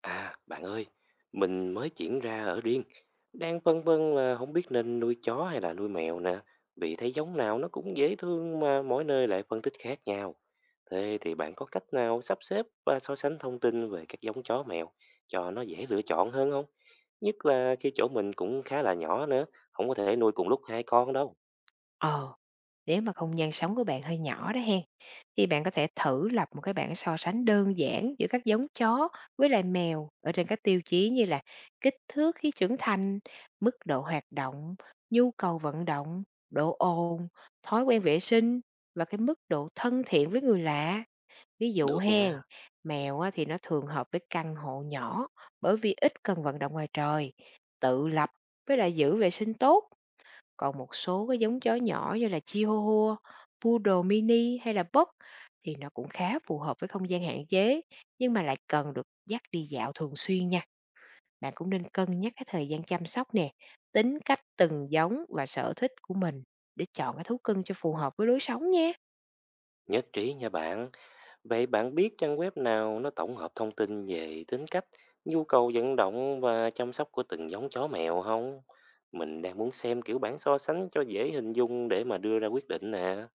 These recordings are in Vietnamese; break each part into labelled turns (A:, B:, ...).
A: À, bạn ơi, mình mới chuyển ra ở riêng, đang phân vân là không biết nên nuôi chó hay là nuôi mèo nè, vì thấy giống nào nó cũng dễ thương mà mỗi nơi lại phân tích khác nhau. Thế thì bạn có cách nào sắp xếp và so sánh thông tin về các giống chó mèo cho nó dễ lựa chọn hơn không? Nhất là khi chỗ mình cũng khá là nhỏ nữa, không có thể nuôi cùng lúc hai con đâu.
B: Ờ, nếu mà không gian sống của bạn hơi nhỏ đó hen, thì bạn có thể thử lập một cái bảng so sánh đơn giản giữa các giống chó với lại mèo ở trên các tiêu chí như là kích thước khi trưởng thành, mức độ hoạt động, nhu cầu vận động, độ ồn, thói quen vệ sinh và cái mức độ thân thiện với người lạ. Ví dụ
A: Được nha,
B: hen, mèo á thì nó thường hợp với căn hộ nhỏ bởi vì ít cần vận động ngoài trời, tự lập với lại giữ vệ sinh tốt. Còn một số cái giống chó nhỏ như là Chihuahua, Poodle mini hay là Pug thì nó cũng khá phù hợp với không gian hạn chế, nhưng mà lại cần được dắt đi dạo thường xuyên nha. Bạn cũng nên cân nhắc cái thời gian chăm sóc nè, tính cách từng giống và sở thích của mình để chọn cái thú cưng cho phù hợp với lối sống nha.
A: nhất trí nha bạn. Vậy bạn biết trang web nào nó tổng hợp thông tin về tính cách, nhu cầu vận động và chăm sóc của từng giống chó mèo không? Mình đang muốn xem kiểu bảng so sánh cho dễ hình dung để mà đưa ra quyết định nè.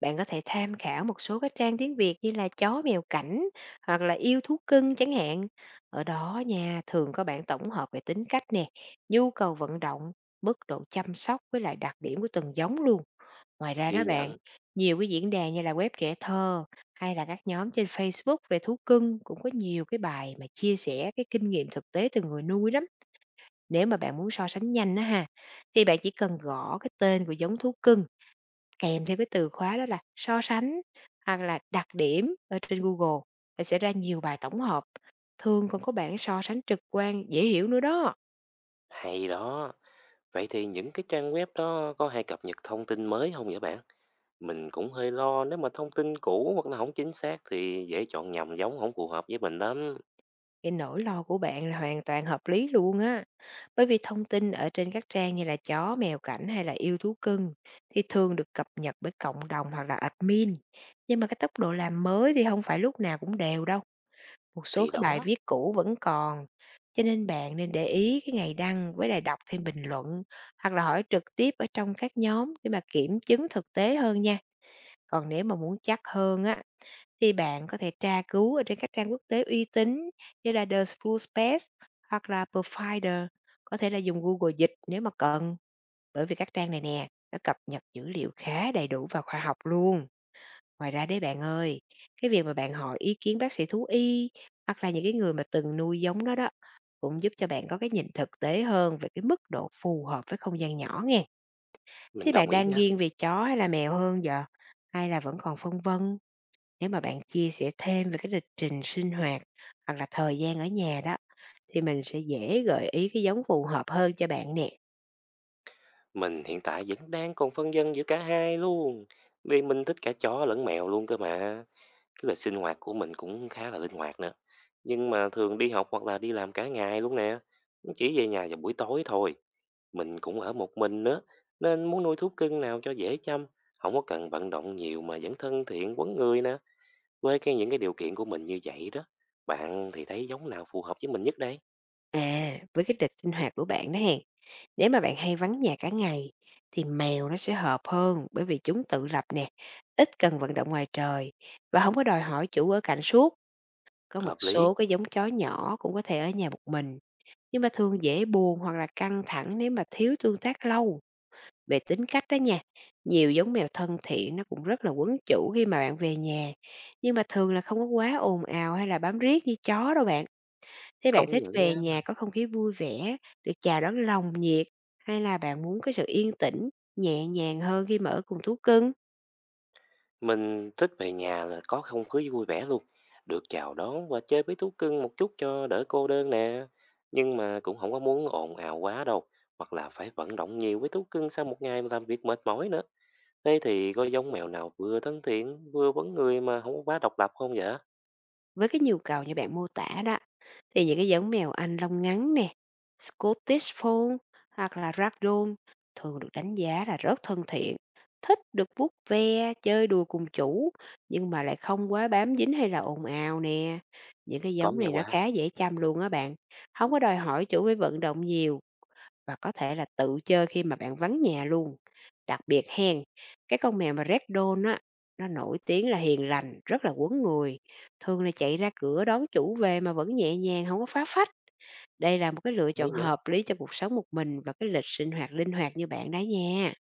B: Bạn có thể tham khảo một số các trang tiếng Việt như là Chó mèo cảnh hoặc là Yêu thú cưng chẳng hạn. Ở đó nha, thường có bản tổng hợp về tính cách nè, nhu cầu vận động, mức độ chăm sóc với lại đặc điểm của từng giống luôn. Ngoài ra đó
A: Ghi
B: bạn,
A: nhận.
B: nhiều cái diễn đàn như là web trẻ thơ hay là các nhóm trên Facebook về thú cưng cũng có nhiều cái bài mà chia sẻ cái kinh nghiệm thực tế từ người nuôi lắm. Nếu mà bạn muốn so sánh nhanh đó ha, thì bạn chỉ cần gõ cái tên của giống thú cưng kèm theo cái từ khóa đó là so sánh hoặc là đặc điểm ở trên Google thì sẽ ra nhiều bài tổng hợp. Thường còn có bảng so sánh trực quan dễ hiểu nữa đó.
A: Hay đó. Vậy thì những cái trang web đó có hay cập nhật thông tin mới không vậy bạn? Mình cũng hơi lo nếu mà thông tin cũ hoặc là không chính xác thì dễ chọn nhầm giống không phù hợp với mình lắm.
B: Cái nỗi lo của bạn là hoàn toàn hợp lý luôn á. Bởi vì thông tin ở trên các trang như là chó, mèo cảnh hay là yêu thú cưng thì thường được cập nhật bởi cộng đồng hoặc là admin. Nhưng mà cái tốc độ làm mới thì không phải lúc nào cũng đều đâu. Một số
A: Thì
B: cái bài
A: đó,
B: viết cũ vẫn còn, cho nên bạn nên để ý cái ngày đăng với lại đọc thêm bình luận hoặc là hỏi trực tiếp ở trong các nhóm để mà kiểm chứng thực tế hơn nha. Còn nếu mà muốn chắc hơn á thì bạn có thể tra cứu ở trên các trang quốc tế uy tín như là The School Space hoặc là Provider, có thể là dùng Google dịch nếu mà cần. Bởi vì các trang này nè, nó cập nhật dữ liệu khá đầy đủ và khoa học luôn. Ngoài ra đấy bạn ơi, cái việc mà bạn hỏi ý kiến bác sĩ thú y hoặc là những cái người mà từng nuôi giống nó đó cũng giúp cho bạn có cái nhìn thực tế hơn về cái mức độ phù hợp với không gian nhỏ nghe.
A: mình
B: Thế
A: đồng
B: bạn
A: ý
B: đang
A: nha.
B: nghiêng về chó hay là mèo hơn giờ? Hay là vẫn còn phân vân? Nếu mà bạn chia sẻ thêm về cái lịch trình sinh hoạt hoặc là thời gian ở nhà đó thì mình sẽ dễ gợi ý cái giống phù hợp hơn cho bạn nè.
A: Mình hiện tại vẫn đang còn phân vân giữa cả hai luôn. Vì mình thích cả chó lẫn mèo luôn cơ mà. Cái lịch sinh hoạt của mình cũng khá là linh hoạt nữa. Nhưng mà thường đi học hoặc là đi làm cả ngày luôn nè. Chỉ về nhà vào buổi tối thôi. Mình cũng ở một mình nữa. Nên muốn nuôi thú cưng nào cho dễ chăm. Không có cần vận động nhiều mà vẫn thân thiện quấn người nè. Với những cái điều kiện của mình như vậy đó. Bạn thì thấy giống nào phù hợp với mình nhất đây?
B: À, với cái lịch sinh hoạt của bạn đó hèn. Nếu mà bạn hay vắng nhà cả ngày thì mèo nó sẽ hợp hơn bởi vì chúng tự lập nè, ít cần vận động ngoài trời và không có đòi hỏi chủ ở cạnh suốt. Có một
A: Hợp lý.
B: số cái giống chó nhỏ cũng có thể ở nhà một mình, nhưng mà thường dễ buồn hoặc là căng thẳng nếu mà thiếu tương tác lâu. Về tính cách đó nha, nhiều giống mèo thân thiện nó cũng rất là quấn chủ khi mà bạn về nhà, nhưng mà thường là không có quá ồn ào hay là bám riết như chó đâu bạn. Thế bạn
A: Công
B: thích
A: nhận nha.
B: về nhà có không khí vui vẻ, được chào đón nồng nhiệt, hay là bạn muốn cái sự yên tĩnh, nhẹ nhàng hơn khi mà ở cùng thú cưng?
A: Mình thích về nhà là có không khí vui vẻ luôn, được chào đón và chơi với thú cưng một chút cho đỡ cô đơn nè. Nhưng mà cũng không có muốn ồn ào quá đâu, hoặc là phải vận động nhiều với thú cưng sau một ngày làm việc mệt mỏi nữa. Thế thì có giống mèo nào vừa thân thiện, vừa vấn người mà không có quá độc lập không vậy?
B: Với cái nhu cầu như bạn mô tả đó, thì những cái giống mèo Anh lông ngắn nè, Scottish Fold hoặc là Ragdoll thường được đánh giá là rất thân thiện, thích được vuốt ve, chơi đùa cùng chủ, nhưng mà lại không quá bám dính hay là ồn ào nè. Những cái
A: Có
B: giống
A: nghe
B: này nó
A: qua,
B: khá dễ chăm luôn á bạn, không có đòi hỏi chủ phải vận động nhiều và có thể là tự chơi khi mà bạn vắng nhà luôn. Đặc biệt hen, cái con mèo mà Ragdoll á, nó nổi tiếng là hiền lành, rất là quấn người, thường là chạy ra cửa đón chủ về mà vẫn nhẹ nhàng, không có phá phách. Đây là một cái lựa
A: thấy
B: chọn
A: vậy.
B: hợp lý cho cuộc sống một mình và cái lịch sinh hoạt linh hoạt như bạn đấy nha.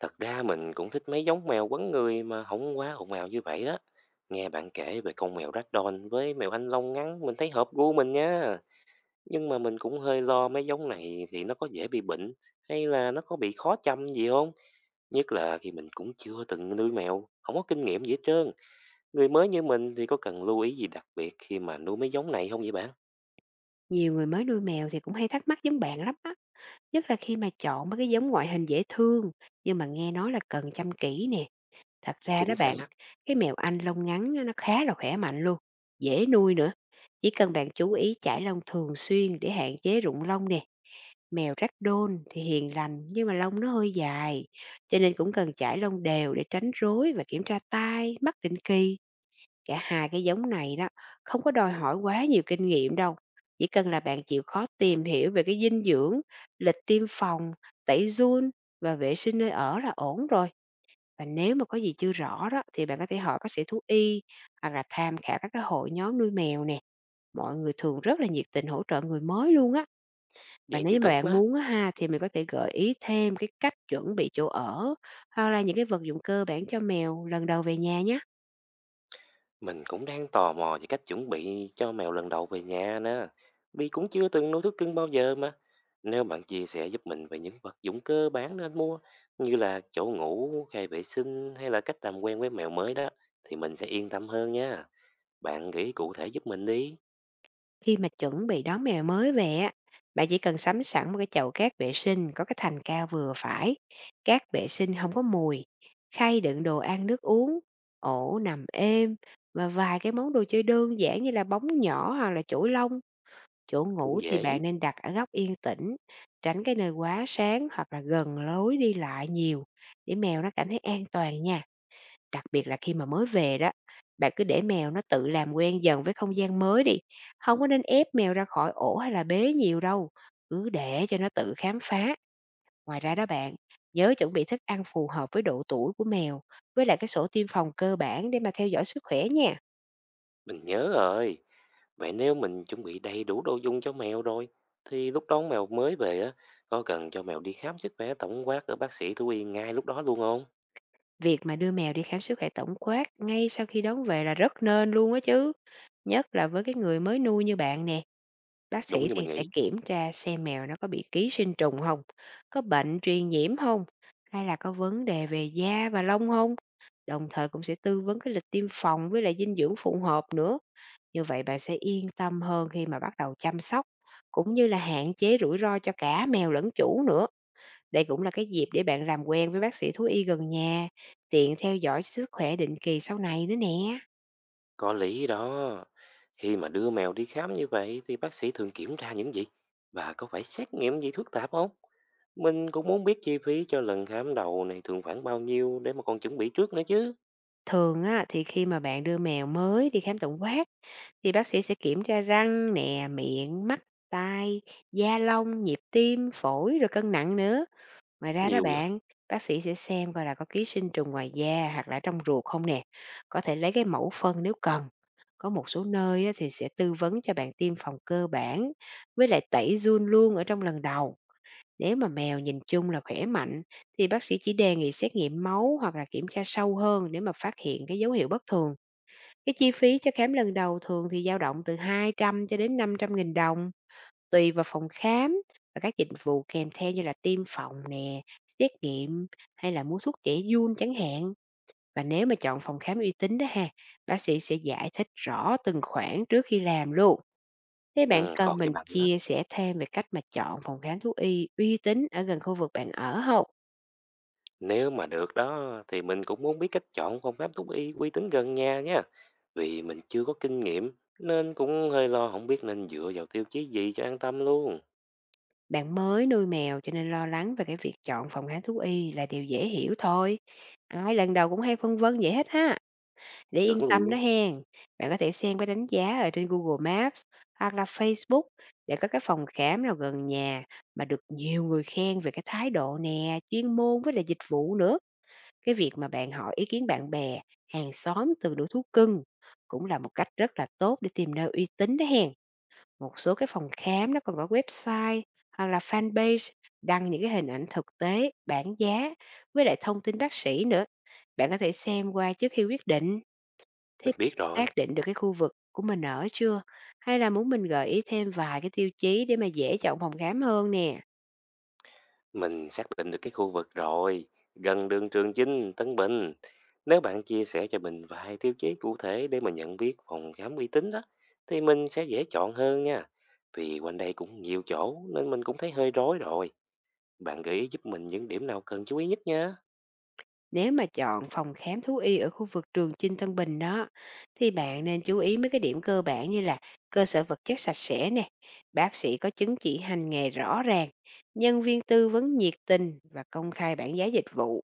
A: Thật ra mình cũng thích mấy giống mèo quấn người mà không quá ồn ào như vậy đó. Nghe bạn kể về con mèo Ragdoll với mèo Anh Long ngắn, mình thấy hợp gu mình nha. Nhưng mà mình cũng hơi lo mấy giống này thì nó có dễ bị bệnh hay là nó có bị khó chăm gì không? Nhất là khi mình cũng chưa từng nuôi mèo, không có kinh nghiệm gì hết trơn. Người mới như mình thì có cần lưu ý gì đặc biệt khi mà nuôi mấy giống này không vậy bạn?
B: Nhiều người mới nuôi mèo thì cũng hay thắc mắc giống bạn lắm á, nhất là khi mà chọn mấy cái giống ngoại hình dễ thương, nhưng mà nghe nói là cần chăm kỹ nè. Thật ra đó
A: Chính
B: bạn,
A: xác,
B: cái mèo Anh lông ngắn á, nó khá là khỏe mạnh luôn, dễ nuôi nữa. Chỉ cần bạn chú ý chải lông thường xuyên để hạn chế rụng lông nè. Mèo ragdoll thì hiền lành nhưng mà lông nó hơi dài, cho nên cũng cần chải lông đều để tránh rối và kiểm tra tai, mắt định kỳ. Cả hai cái giống này đó, không có đòi hỏi quá nhiều kinh nghiệm đâu. Chỉ cần là bạn chịu khó tìm hiểu về cái dinh dưỡng, lịch tiêm phòng, tẩy giun và vệ sinh nơi ở là ổn rồi. Và nếu mà có gì chưa rõ đó thì bạn có thể hỏi bác sĩ thú y hoặc là tham khảo các cái hội nhóm nuôi mèo nè. Mọi người thường rất là nhiệt tình hỗ trợ người mới luôn á. Và
A: vậy
B: nếu
A: thì
B: như mà
A: tốt
B: bạn
A: quá.
B: muốn á ha thì mình có thể gợi ý thêm cái cách chuẩn bị chỗ ở hoặc là những cái vật dụng cơ bản cho mèo lần đầu về nhà nha.
A: Mình cũng đang tò mò về cách chuẩn bị cho mèo lần đầu về nhà nữa. Bi cũng chưa từng nuôi thú cưng bao giờ mà. Nếu bạn chia sẻ giúp mình về những vật dụng cơ bản nên mua, như là chỗ ngủ, khay vệ sinh hay là cách làm quen với mèo mới đó, thì mình sẽ yên tâm hơn nha. Bạn nghĩ cụ thể giúp mình đi,
B: Khi mà chuẩn bị đón mèo mới về á, bạn chỉ cần sắm sẵn một cái chậu cát vệ sinh có cái thành cao vừa phải, cát vệ sinh không có mùi, khay đựng đồ ăn nước uống, ổ nằm êm và vài cái món đồ chơi đơn giản như là bóng nhỏ hoặc là chổi lông. Chỗ
A: cũng
B: ngủ thì
A: dễ.
B: bạn nên đặt ở góc yên tĩnh, tránh cái nơi quá sáng hoặc là gần lối đi lại nhiều để mèo nó cảm thấy an toàn nha. Đặc biệt là khi mà mới về đó, bạn cứ để mèo nó tự làm quen dần với không gian mới đi, không có nên ép mèo ra khỏi ổ hay là bế nhiều đâu, cứ để cho nó tự khám phá. Ngoài ra đó bạn, nhớ chuẩn bị thức ăn phù hợp với độ tuổi của mèo, với lại cái sổ tiêm phòng cơ bản để mà theo dõi sức khỏe nha.
A: Mình nhớ rồi. Vậy nếu mình chuẩn bị đầy đủ đồ dùng cho mèo rồi, thì lúc đón mèo mới về á, có cần cho mèo đi khám sức khỏe tổng quát ở bác sĩ thú y ngay lúc đó luôn không?
B: Việc mà đưa mèo đi khám sức khỏe tổng quát ngay sau khi đón về là rất nên luôn á chứ, nhất là với cái người mới nuôi như bạn nè. Bác
A: Đúng
B: sĩ
A: như mình
B: thì sẽ
A: nghĩ.
B: kiểm tra xem mèo nó có bị ký sinh trùng không, có bệnh truyền nhiễm không, hay là có vấn đề về da và lông không. Đồng thời cũng sẽ tư vấn cái lịch tiêm phòng với lại dinh dưỡng phù hợp nữa. Như vậy bạn sẽ yên tâm hơn khi mà bắt đầu chăm sóc, cũng như là hạn chế rủi ro cho cả mèo lẫn chủ nữa. Đây cũng là cái dịp để bạn làm quen với bác sĩ thú y gần nhà, tiện theo dõi sức khỏe định kỳ sau này nữa nè.
A: Có lý đó. Khi mà đưa mèo đi khám như vậy thì bác sĩ thường kiểm tra những gì và có phải xét nghiệm gì phức tạp không? Mình cũng muốn biết chi phí cho lần khám đầu này thường khoảng bao nhiêu để mà còn chuẩn bị trước nữa chứ.
B: Thường á, thì khi mà bạn đưa mèo mới đi khám tổng quát, thì bác sĩ sẽ kiểm tra răng nè, miệng, mắt, tai, da lông, nhịp tim, phổi, rồi cân nặng nữa. Ngoài ra đó
A: Nhiều vậy?
B: bạn, bác sĩ sẽ xem coi là có ký sinh trùng ngoài da hoặc là trong ruột không nè. Có thể lấy cái mẫu phân nếu cần. Có một số nơi á, thì sẽ tư vấn cho bạn tiêm phòng cơ bản với lại tẩy giun luôn ở trong lần đầu. Nếu mà mèo nhìn chung là khỏe mạnh thì bác sĩ chỉ đề nghị xét nghiệm máu hoặc là kiểm tra sâu hơn để mà phát hiện cái dấu hiệu bất thường. Cái chi phí cho khám lần đầu thường thì dao động từ 200 cho đến 500 nghìn đồng, tùy vào phòng khám và các dịch vụ kèm theo như là tiêm phòng nè, xét nghiệm hay là mua thuốc trẻ giun chẳng hạn. Và nếu mà chọn phòng khám uy tín đó ha, bác sĩ sẽ giải thích rõ từng khoản trước khi làm luôn. Thế bạn
A: Ừ,
B: cần
A: còn gì
B: mình
A: bằng nữa.
B: chia sẻ thêm về cách mà chọn phòng khám thú y uy tín ở gần khu vực bạn ở không?
A: Nếu mà được đó thì mình cũng muốn biết cách chọn phương pháp thú y uy tín gần nhà nha. Vì mình chưa có kinh nghiệm nên cũng hơi lo không biết nên dựa vào tiêu chí gì cho an tâm luôn.
B: Bạn mới nuôi mèo cho nên lo lắng về cái việc chọn phòng khám thú y là điều dễ hiểu thôi. Ai lần đầu cũng hay phân vân vậy hết ha. Để yên
A: Chuẩn
B: tâm
A: luôn.
B: đó hen. Bạn có thể xem cái đánh giá ở trên Google Maps hoặc là Facebook để có cái phòng khám nào gần nhà mà được nhiều người khen về cái thái độ nè, chuyên môn với lại dịch vụ nữa. Cái việc mà bạn hỏi ý kiến bạn bè, hàng xóm từ đủ thú cưng cũng là một cách rất là tốt để tìm nơi uy tín đó hen. Một số cái phòng khám nó còn có website hoặc là fanpage đăng những cái hình ảnh thực tế, bảng giá với lại thông tin bác sĩ nữa. Bạn có thể xem qua trước khi quyết định. Thì
A: Mình biết
B: xác
A: rồi.
B: định được cái khu vực của mình ở chưa? Hay là muốn mình gợi ý thêm vài cái tiêu chí để mà dễ chọn phòng khám hơn nè?
A: Mình xác định được cái khu vực rồi, gần đường Trường Chinh, Tân Bình. Nếu bạn chia sẻ cho mình vài tiêu chí cụ thể để mà nhận biết phòng khám uy tín đó, thì mình sẽ dễ chọn hơn nha. Vì quanh đây cũng nhiều chỗ nên mình cũng thấy hơi rối rồi. Bạn gợi ý giúp mình những điểm nào cần chú ý nhất nha.
B: Nếu mà chọn phòng khám thú y ở khu vực trường Chinh Tân Bình đó, thì bạn nên chú ý mấy cái điểm cơ bản như là cơ sở vật chất sạch sẽ nè, bác sĩ có chứng chỉ hành nghề rõ ràng, nhân viên tư vấn nhiệt tình và công khai bảng giá dịch vụ.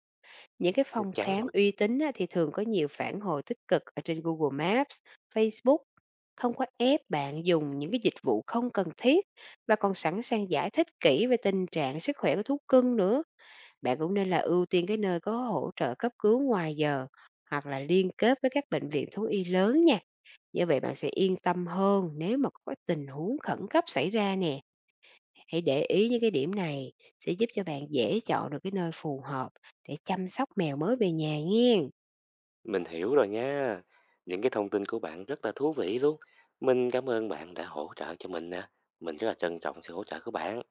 B: Những cái
A: Chắc
B: phòng
A: chắn
B: khám
A: rồi.
B: uy tín á, thì thường có nhiều phản hồi tích cực ở trên Google Maps, Facebook, không có ép bạn dùng những cái dịch vụ không cần thiết và còn sẵn sàng giải thích kỹ về tình trạng sức khỏe của thú cưng nữa. Bạn cũng nên là ưu tiên cái nơi có hỗ trợ cấp cứu ngoài giờ hoặc là liên kết với các bệnh viện thú y lớn nha. Như vậy bạn sẽ yên tâm hơn nếu mà có cái tình huống khẩn cấp xảy ra nè. Hãy để ý những cái điểm này sẽ giúp cho bạn dễ chọn được cái nơi phù hợp để chăm sóc mèo mới về nhà nha.
A: Mình hiểu rồi nha. Những cái thông tin của bạn rất là thú vị luôn. Mình cảm ơn bạn đã hỗ trợ cho mình nè. Mình rất là trân trọng sự hỗ trợ của bạn.